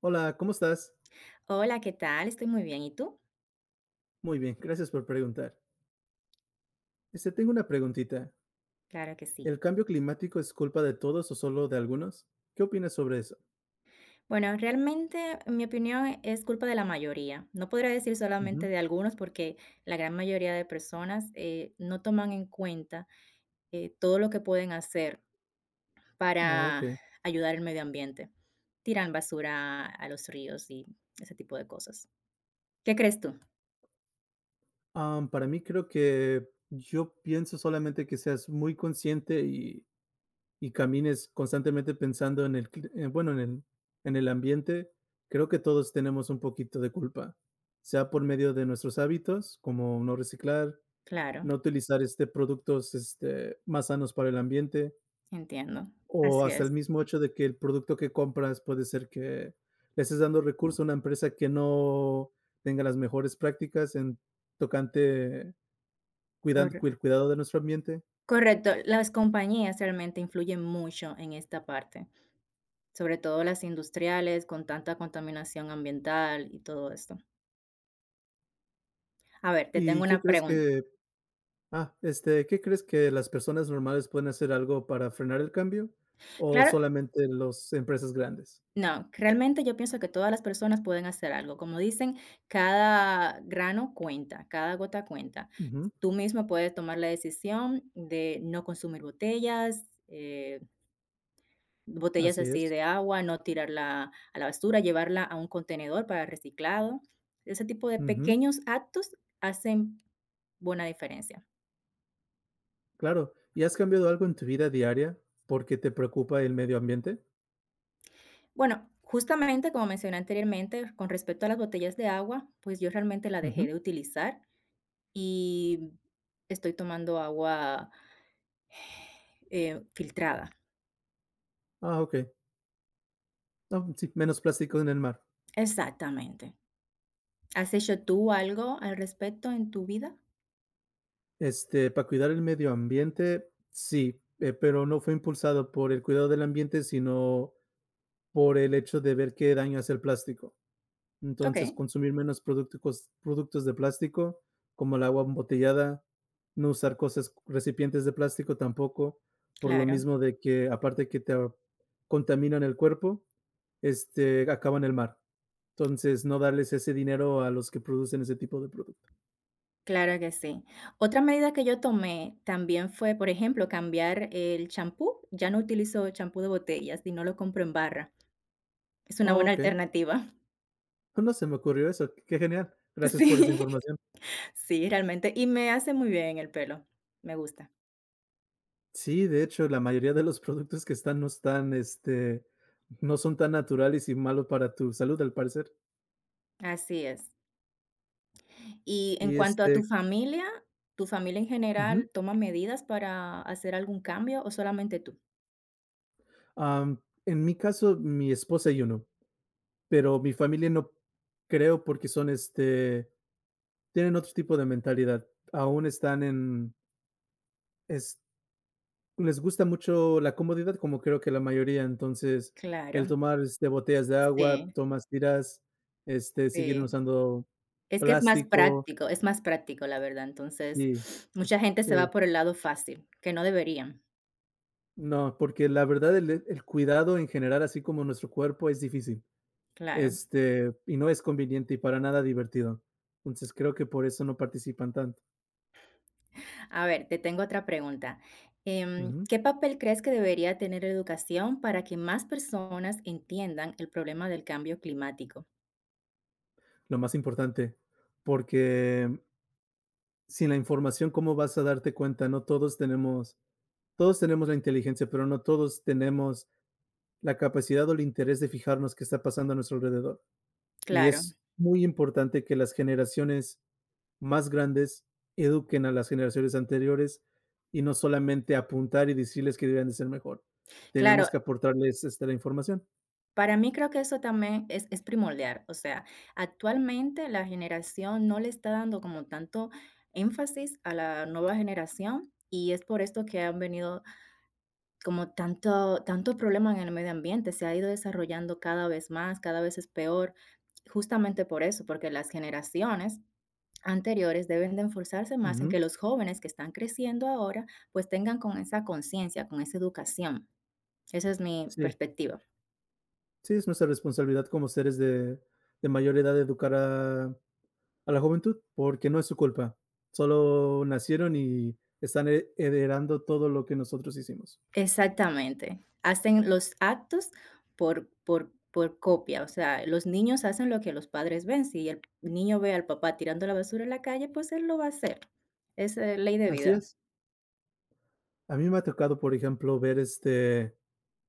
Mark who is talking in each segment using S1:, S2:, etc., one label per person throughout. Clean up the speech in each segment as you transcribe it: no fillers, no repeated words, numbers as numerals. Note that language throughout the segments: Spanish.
S1: Hola, ¿cómo estás?
S2: Hola, ¿qué tal? Estoy muy bien, ¿y tú?
S1: Muy bien, gracias por preguntar. Tengo una preguntita.
S2: Claro que sí.
S1: ¿El cambio climático es culpa de todos o solo de algunos? ¿Qué opinas sobre eso?
S2: Bueno, realmente mi opinión es culpa de la mayoría. No podría decir
S1: Ujú.
S2: solamente de algunos porque la gran mayoría de personas no toman en cuenta todo lo que pueden hacer
S1: Oh, ok.
S2: para ayudar al medio ambiente. Tiran basura a los ríos y ese tipo de cosas. ¿Qué crees tú?
S1: Para mí creo que yo pienso solamente que seas muy consciente y camines constantemente pensando en el, bueno, en el ambiente. Creo que todos tenemos un poquito de culpa, sea por medio de nuestros hábitos, como no reciclar,
S2: Claro,
S1: no utilizar productos más sanos para el ambiente.
S2: entiendo.
S1: O
S2: Así
S1: hasta el
S2: es.
S1: mismo hecho de que el producto que compras puede ser que le estés dando recurso a una empresa que no tenga las mejores prácticas en tocante
S2: Corre-
S1: el cuidado de nuestro ambiente.
S2: Correcto. Las compañías realmente influyen mucho en esta parte. Sobre todo las industriales, con tanta contaminación ambiental y todo esto. A ver, te tengo
S1: ¿Y qué
S2: una
S1: crees
S2: pregunta.
S1: que ah, este, qué crees que las personas normales pueden hacer algo para frenar el cambio o
S2: Claro,
S1: solamente las empresas grandes?
S2: no, realmente yo pienso que todas las personas pueden hacer algo. Como dicen, cada grano cuenta, cada gota cuenta.
S1: Ujú,
S2: Tú mismo puedes tomar la decisión de no consumir botellas, botellas
S1: así
S2: así
S1: es.
S2: de agua, no tirarla a la basura, llevarla a un contenedor para reciclado. Ese tipo de
S1: Ujú,
S2: pequeños actos hacen buena diferencia.
S1: claro. ¿Y has cambiado algo en tu vida diaria porque te preocupa el medio ambiente?
S2: Bueno, justamente como mencioné anteriormente, con respecto a las botellas de agua, pues yo realmente la dejé
S1: Ujú.
S2: de utilizar y estoy tomando agua filtrada.
S1: Ah, okey. Ah, sí, menos plástico en el mar.
S2: Exactamente. ¿Has hecho tú algo al respecto en tu vida?
S1: Para cuidar el medio ambiente, sí, pero no fue impulsado por el cuidado del ambiente, sino por el hecho de ver qué daño hace el plástico.
S2: Ok,
S1: Entonces, consumir menos productos, productos de plástico, como el agua embotellada, no usar cosas, recipientes de plástico tampoco, por lo
S2: claro,
S1: mismo de que, aparte que contaminan el cuerpo, acaban el mar. Entonces, no darles ese dinero a los que producen ese tipo de producto.
S2: claro que sí. Otra medida que yo tomé también fue, por ejemplo, cambiar el champú. Ya no utilizo champú de botellas y no lo compro en barra. Es una
S1: Ah,
S2: buena
S1: ok.
S2: alternativa.
S1: No, no, se me ocurrió eso, qué genial. Gracias por esa
S2: Sí.
S1: información.
S2: Sí, realmente, y me hace muy bien el pelo, me gusta.
S1: Sí, de hecho, la mayoría de los productos que están no están, no son tan naturales y malos para tu salud, al parecer.
S2: Así es. Y en
S1: Y,
S2: cuanto a
S1: este
S2: ¿tu familia en
S1: ujú.
S2: general toma medidas para hacer algún cambio o solamente tú?
S1: Am, en mi caso, mi esposa y uno, pero mi familia no creo porque son, tienen otro tipo de mentalidad. Aún están en es. Les gusta mucho la comodidad, como creo que la mayoría. Entonces, el
S2: Claro,
S1: tomar, botellas de agua,
S2: sí,
S1: tomas tiras, siguen
S2: sí.
S1: usando
S2: Es que
S1: plástico.
S2: es más práctico, la verdad. Entonces,
S1: Sí,
S2: mucha
S1: es
S2: gente se va
S1: sí.
S2: por el lado fácil, que no deberían,
S1: No, porque la verdad el cuidado en general, así como nuestro cuerpo, es difícil,
S2: claro.
S1: y no es conveniente y para nada divertido. Entonces, creo que por eso no participan tanto.
S2: A ver, te tengo otra pregunta. Em,
S1: Ujú.
S2: ¿qué papel crees que debería tener la educación para que más personas entiendan el problema del cambio climático?
S1: Lo más importante, porque sin la información, ¿cómo vas a darte cuenta? No todos tenemos. Todos tenemos la inteligencia, pero no todos tenemos la capacidad o el interés de fijarnos qué está pasando a nuestro alrededor. Y
S2: Claro.
S1: es muy importante que las generaciones más grandes eduquen a las generaciones anteriores y no solamente apuntar y decirles que deberían de ser mejor.
S2: Claro,
S1: Tenemos que aportarles la información.
S2: para mí creo que eso también es primordial, o sea, actualmente la generación no le está dando como tanto énfasis a la nueva generación y es por esto que han venido como tanto problema en el medio ambiente, se ha ido desarrollando cada vez más, cada vez es peor, justamente por eso, porque las generaciones anteriores deben de enforzarse más en
S1: Ujú.
S2: que los jóvenes que están creciendo ahora, pues tengan con esa conciencia, con esa educación. Esa es mi
S1: Sí,
S2: perspectiva.
S1: sí, es nuestra responsabilidad como seres de mayor edad educar a la juventud, porque no es su culpa. Solo nacieron y están heredando todo lo que nosotros hicimos.
S2: Exactamente. Hacen los actos por copia, o sea, los niños hacen lo que los padres ven. Si el niño ve al papá tirando la basura en la calle, pues él lo va a hacer. Es, ley de
S1: Así
S2: vida.
S1: es. A mí me ha tocado, por ejemplo, ver,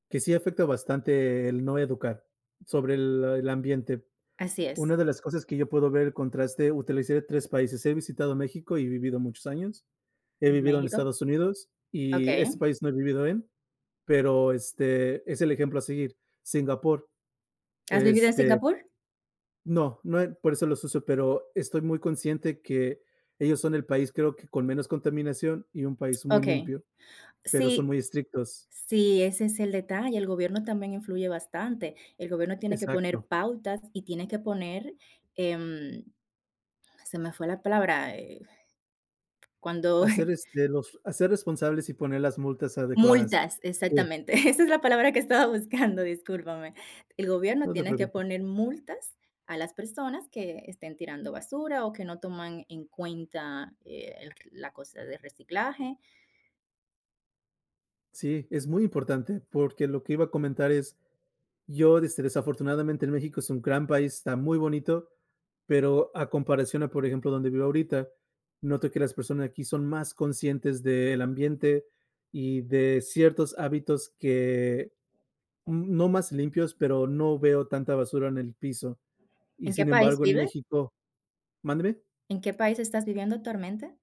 S1: que sí afecta bastante el no educar sobre el ambiente.
S2: Así
S1: Una
S2: es.
S1: de las cosas que yo puedo ver el contraste, utilicé 3 países. He visitado México y vivido muchos años. He vivido en
S2: México,
S1: Estados Unidos y este
S2: okey.
S1: país no he vivido en, pero, es el ejemplo a seguir. Singapur,
S2: ¿Has vivido en
S1: este,
S2: Singapur?
S1: no, no, por eso los uso, pero estoy muy consciente que ellos son el país, creo que con menos contaminación y un país muy
S2: Okey.
S1: limpio, pero son
S2: Sí,
S1: muy estrictos.
S2: sí, ese es el detalle. El gobierno también influye bastante. El gobierno tiene que poner
S1: Exacto.
S2: pautas y tiene que poner, em, se me fue la palabra, cuando
S1: Hacer, los hacer responsables y poner las multas adecuadas,
S2: multas,
S1: que
S2: exactamente. Esa es la palabra que estaba buscando, discúlpame. El gobierno
S1: no te
S2: tiene que
S1: preocupes.
S2: poner multas a las personas que estén tirando basura o que no toman en cuenta, el la cosa de reciclaje.
S1: Sí, es muy importante, porque lo que iba a comentar es, yo, desafortunadamente, en México es un gran país, está muy bonito, pero a comparación a, por ejemplo, donde vivo ahorita, noto que las personas aquí son más conscientes del ambiente y de ciertos hábitos que, no más limpios, pero no veo tanta basura en el piso. Y
S2: ¿En qué
S1: sin
S2: país
S1: embargo, en
S2: vives?
S1: México. ¿Mándeme?
S2: ¿En qué país estás viviendo actualmente?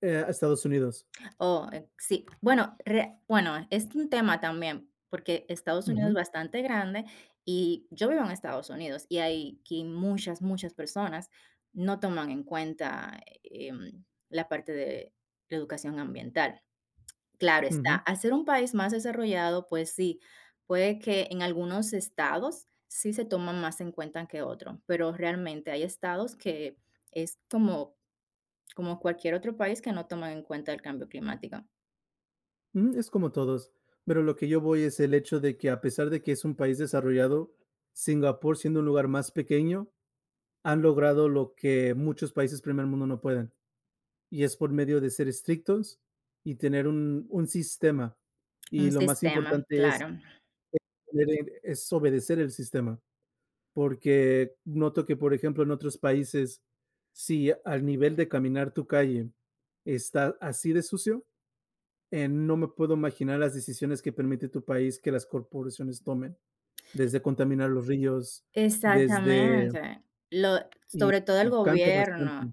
S1: A Estados Unidos.
S2: Oh, sí. Bueno, re bueno, es un tema también, porque Estados Unidos es
S1: Ujú,
S2: bastante grande y yo vivo en Estados Unidos y hay que muchas, muchas personas no toman en cuenta, la parte de la educación ambiental. Claro está,
S1: ujú,
S2: al ser un país más desarrollado, pues sí, puede que en algunos estados sí se toman más en cuenta que otros, pero realmente hay estados que es como cualquier otro país que no toman en cuenta el cambio climático.
S1: ujú, es como todos, pero lo que yo voy es el hecho de que a pesar de que es un país desarrollado, Singapur, siendo un lugar más pequeño, han logrado lo que muchos países primer mundo no pueden, y es por medio de ser estrictos y tener un sistema, y
S2: Un
S1: lo más
S2: sistema,
S1: importante es
S2: claro.
S1: tener, es obedecer el sistema, porque noto que, por ejemplo, en otros países, si al nivel de caminar tu calle está así de sucio, no me puedo imaginar las decisiones que permite tu país que las corporaciones tomen, desde contaminar los ríos, desde.
S2: Exactamente. Lo
S1: Y
S2: sobre todo el
S1: cambia bastante.
S2: gobierno.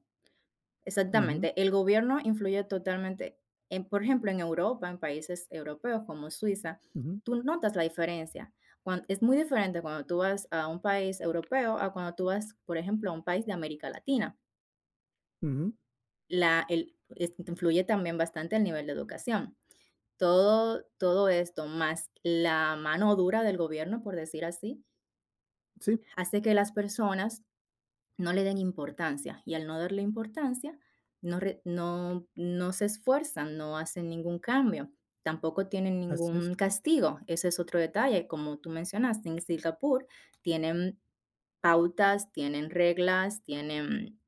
S1: Ujú,
S2: Exactamente. El gobierno influye totalmente. En, por ejemplo, en Europa, en países europeos como Suiza,
S1: ujú,
S2: tú notas la diferencia. Cuan Es muy diferente cuando tú vas a un país europeo a cuando tú vas, por ejemplo, a un país de América Latina.
S1: ujú.
S2: La el es influye también bastante el nivel de educación. Todo esto, más la mano dura del gobierno, por decir así,
S1: Sí,
S2: hace que las personas no le den importancia y al no darle importancia, no, no, no se esfuerzan, no hacen ningún cambio, tampoco tienen
S1: así
S2: ningún
S1: es.
S2: castigo. Ese es otro detalle, como tú mencionaste, en Singapur tienen pautas, tienen reglas, tienen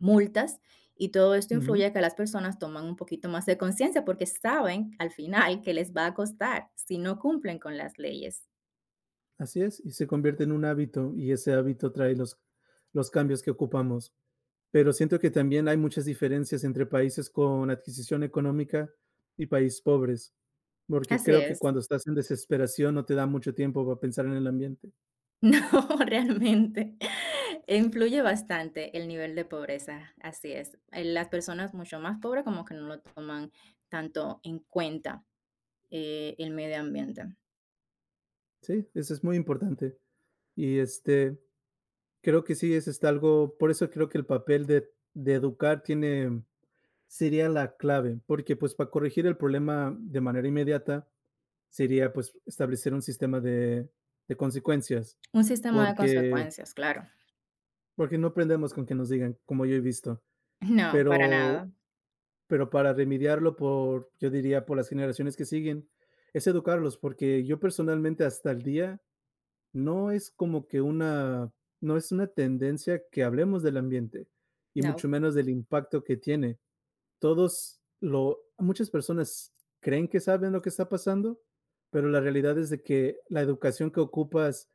S2: multas y todo esto
S1: Ujú,
S2: influye a que las personas toman un poquito más de conciencia porque saben al final que les va a costar si no cumplen con las leyes.
S1: así es, y se convierte en un hábito, y ese hábito trae los cambios que ocupamos. Pero siento que también hay muchas diferencias entre países con adquisición económica y países pobres, porque
S2: Así
S1: creo que
S2: es.
S1: cuando estás en desesperación no te da mucho tiempo para pensar en el ambiente.
S2: No, realmente, influye bastante el nivel de pobreza, así es. Las personas mucho más pobres como que no lo toman tanto en cuenta, el medio ambiente.
S1: Sí, eso es muy importante. Y, creo que sí es, algo. Por eso creo que el papel de educar tiene, sería la clave, porque, pues, para corregir el problema de manera inmediata sería, pues, establecer un sistema de consecuencias,
S2: Un sistema de
S1: porque
S2: consecuencias, claro.
S1: porque no aprendemos con que nos digan, como yo he visto,
S2: No, para
S1: pero
S2: nada.
S1: pero para remediarlo por, yo diría, por las generaciones que siguen, es educarlos, porque yo personalmente hasta el día no es como que una, no es una tendencia que hablemos del ambiente y mucho
S2: No,
S1: menos del impacto que tiene. Todos lo, muchas personas creen que saben lo que está pasando, pero la realidad es de que la educación que ocupas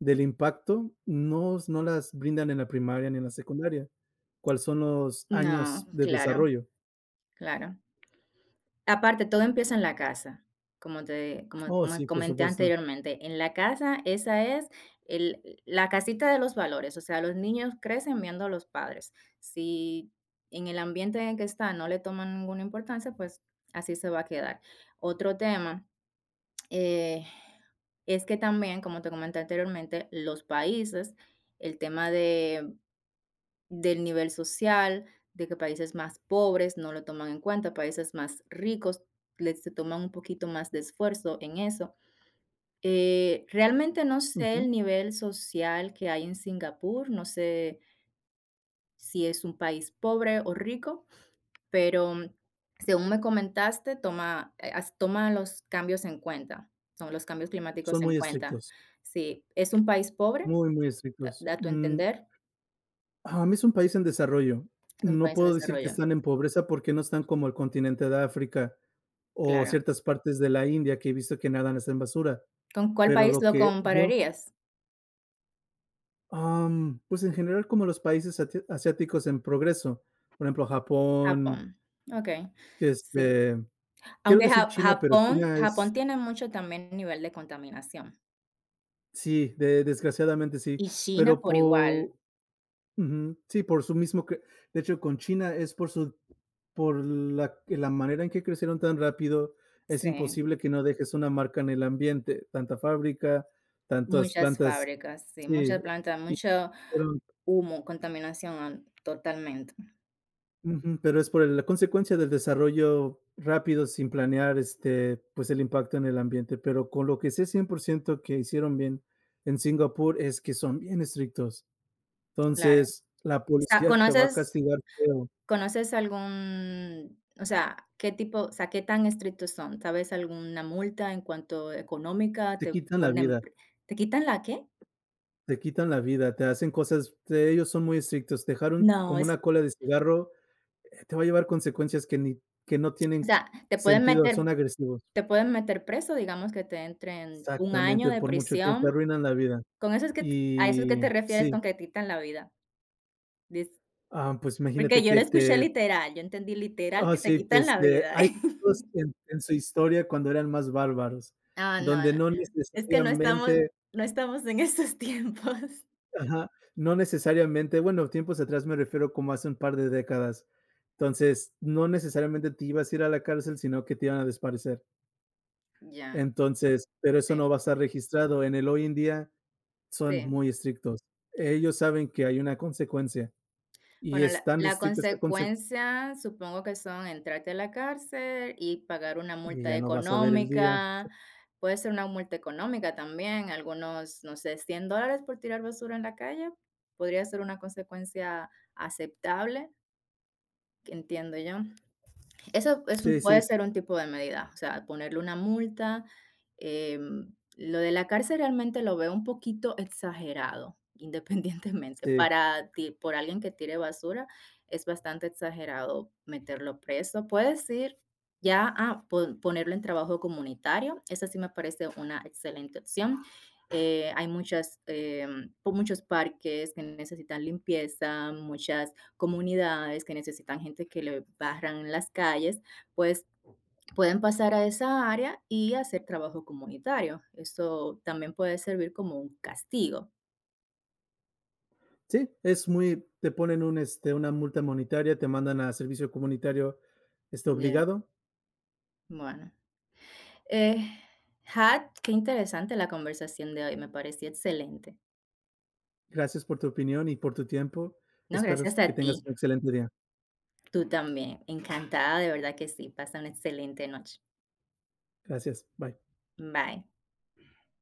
S1: del impacto no, no las brindan en la primaria ni en la secundaria. ¿Cuáles son los años
S2: no,
S1: de
S2: claro,
S1: desarrollo?
S2: claro. Aparte, todo empieza en la casa, como te como
S1: Oh,
S2: como
S1: sí, por
S2: comenté
S1: supuesto.
S2: anteriormente, en la casa esa es el la casita de los valores, o sea, los niños crecen viendo a los padres. Si en el ambiente en el que está no le toman ninguna importancia, pues así se va a quedar. Otro tema, eh, es que también, como te comenté anteriormente, los países, el tema de del nivel social, de que países más pobres no lo toman en cuenta, países más ricos les se toman un poquito más de esfuerzo en eso. Realmente no sé
S1: Ujú.
S2: el nivel social que hay en Singapur, no sé si es un país pobre o rico, pero mm, según me comentaste, toma los cambios en cuenta, son los cambios climáticos
S1: Son
S2: en
S1: muy
S2: cuenta.
S1: estrictos,
S2: Sí, ¿es un país pobre,
S1: muy, muy estrictos.
S2: a tu
S1: Mm,
S2: entender?
S1: a mí es un país en desarrollo.
S2: Es un
S1: No
S2: país en
S1: puedo decir que
S2: desarrollo,
S1: están en pobreza porque no están como el continente de África o
S2: claro.
S1: ciertas partes de la India que he visto que nadan hasta en basura.
S2: ¿Con cuál
S1: Pero
S2: país
S1: lo
S2: lo
S1: que yo,
S2: compararías?
S1: pues en general como los países asiáticos en progreso, por ejemplo, Japón,
S2: Japón. Okey, sí.
S1: este, quiero
S2: Aunque
S1: decir
S2: Ja
S1: China, pero
S2: Japón
S1: China
S2: Japón
S1: es,
S2: tiene mucho también nivel de contaminación,
S1: sí, desgraciadamente sí,
S2: y China
S1: pero
S2: por
S1: por.
S2: igual.
S1: Ujú. Sí, por su mismo cre de hecho, con China es por su, por la manera en que crecieron tan rápido, es
S2: Sí,
S1: imposible que no dejes una marca en el ambiente, tanta fábrica, tantas
S2: muchas
S1: plantas,
S2: fábricas, sí, muchas
S1: sí,
S2: plantas,
S1: y
S2: mucho
S1: pero,
S2: humo, contaminación, totalmente.
S1: ujú, pero es por la consecuencia del desarrollo rápido sin planear, pues, el impacto en el ambiente, pero con lo que sé 100% que hicieron bien en Singapur es que son bien estrictos.
S2: Claro. O
S1: Entonces, la
S2: sea,
S1: policía te va a
S2: ¿conoces
S1: castigar feo,
S2: conoces algún o sea, qué tipo o sea, qué tan estrictos son? ¿Sabes alguna multa en cuanto económica?
S1: te
S2: ¿Te
S1: quitan la
S2: ponen
S1: vida.
S2: te quitan la qué?
S1: Te quitan la vida, te hacen cosas, te, ellos son muy estrictos. Dejar un,
S2: No,
S1: como
S2: es
S1: una cola de cigarro, te va a llevar consecuencias que ni, que no
S2: o
S1: tienen
S2: sea,
S1: sentido, son agresivos.
S2: te pueden meter preso, digamos que te entren un año
S1: Exactamente,
S2: de
S1: por mucho tiempo, te
S2: prisión.
S1: arruinan la vida.
S2: Con eso es que t ¿a eso es que
S1: Y
S2: te refieres
S1: sí,
S2: con que te quitan la vida? Dis
S1: pues
S2: porque
S1: imagínate
S2: yo
S1: que
S2: lo escuché
S1: te.
S2: literal, yo entendí literal que te
S1: Sí,
S2: quitan
S1: pues
S2: la vida.
S1: hay cosas en su historia cuando eran más bárbaros,
S2: Ah, no,
S1: donde
S2: no,
S1: no
S2: es que
S1: necesariamente.
S2: no estamos en esos tiempos.
S1: Ajá, no necesariamente, bueno, tiempos atrás me refiero como hace un par de décadas. Entonces, no necesariamente te ibas a ir a la cárcel, sino que te iban a desaparecer.
S2: Ya,
S1: Entonces, pero eso
S2: sí,
S1: no va a estar registrado. En el hoy en día son
S2: sí.
S1: muy estrictos. Ellos saben que hay una consecuencia y
S2: Bueno,
S1: es
S2: la
S1: tan
S2: la
S1: estricta esa conse
S2: consecuencia supongo que son entrarte a la cárcel y pagar una
S1: y
S2: multa
S1: ya no vas a ver el día.
S2: económica. Puede ser una multa económica también, algunos, no sé, $100 por tirar basura en la calle, podría ser una consecuencia aceptable, que entiendo yo. Eso es
S1: Sí,
S2: un
S1: sí,
S2: puede ser un tipo de medida, o sea, ponerle una multa, em, lo de la cárcel realmente lo veo un poquito exagerado, independientemente,
S1: sí,
S2: para ti por alguien que tire basura, es bastante exagerado meterlo preso. Puedes ir ya a po ponerlo en trabajo comunitario, esa sí me parece una excelente opción. Hay muchas, muchos parques que necesitan limpieza, muchas comunidades que necesitan gente que le barran las calles, pues pueden pasar a esa área y hacer trabajo comunitario. Eso también puede servir como un castigo.
S1: sí, es muy, te ponen una multa monetaria, te mandan a servicio comunitario,
S2: Ya,
S1: obligado.
S2: bueno. Eh, qué interesante la conversación de hoy, me pareció excelente.
S1: Gracias por tu opinión y por tu tiempo.
S2: No,
S1: Espero
S2: gracias
S1: que
S2: a
S1: tengas
S2: ti,
S1: un excelente día.
S2: tú también. Encantada, de verdad que sí. Pasa una excelente noche.
S1: Gracias. Bye.
S2: Bye.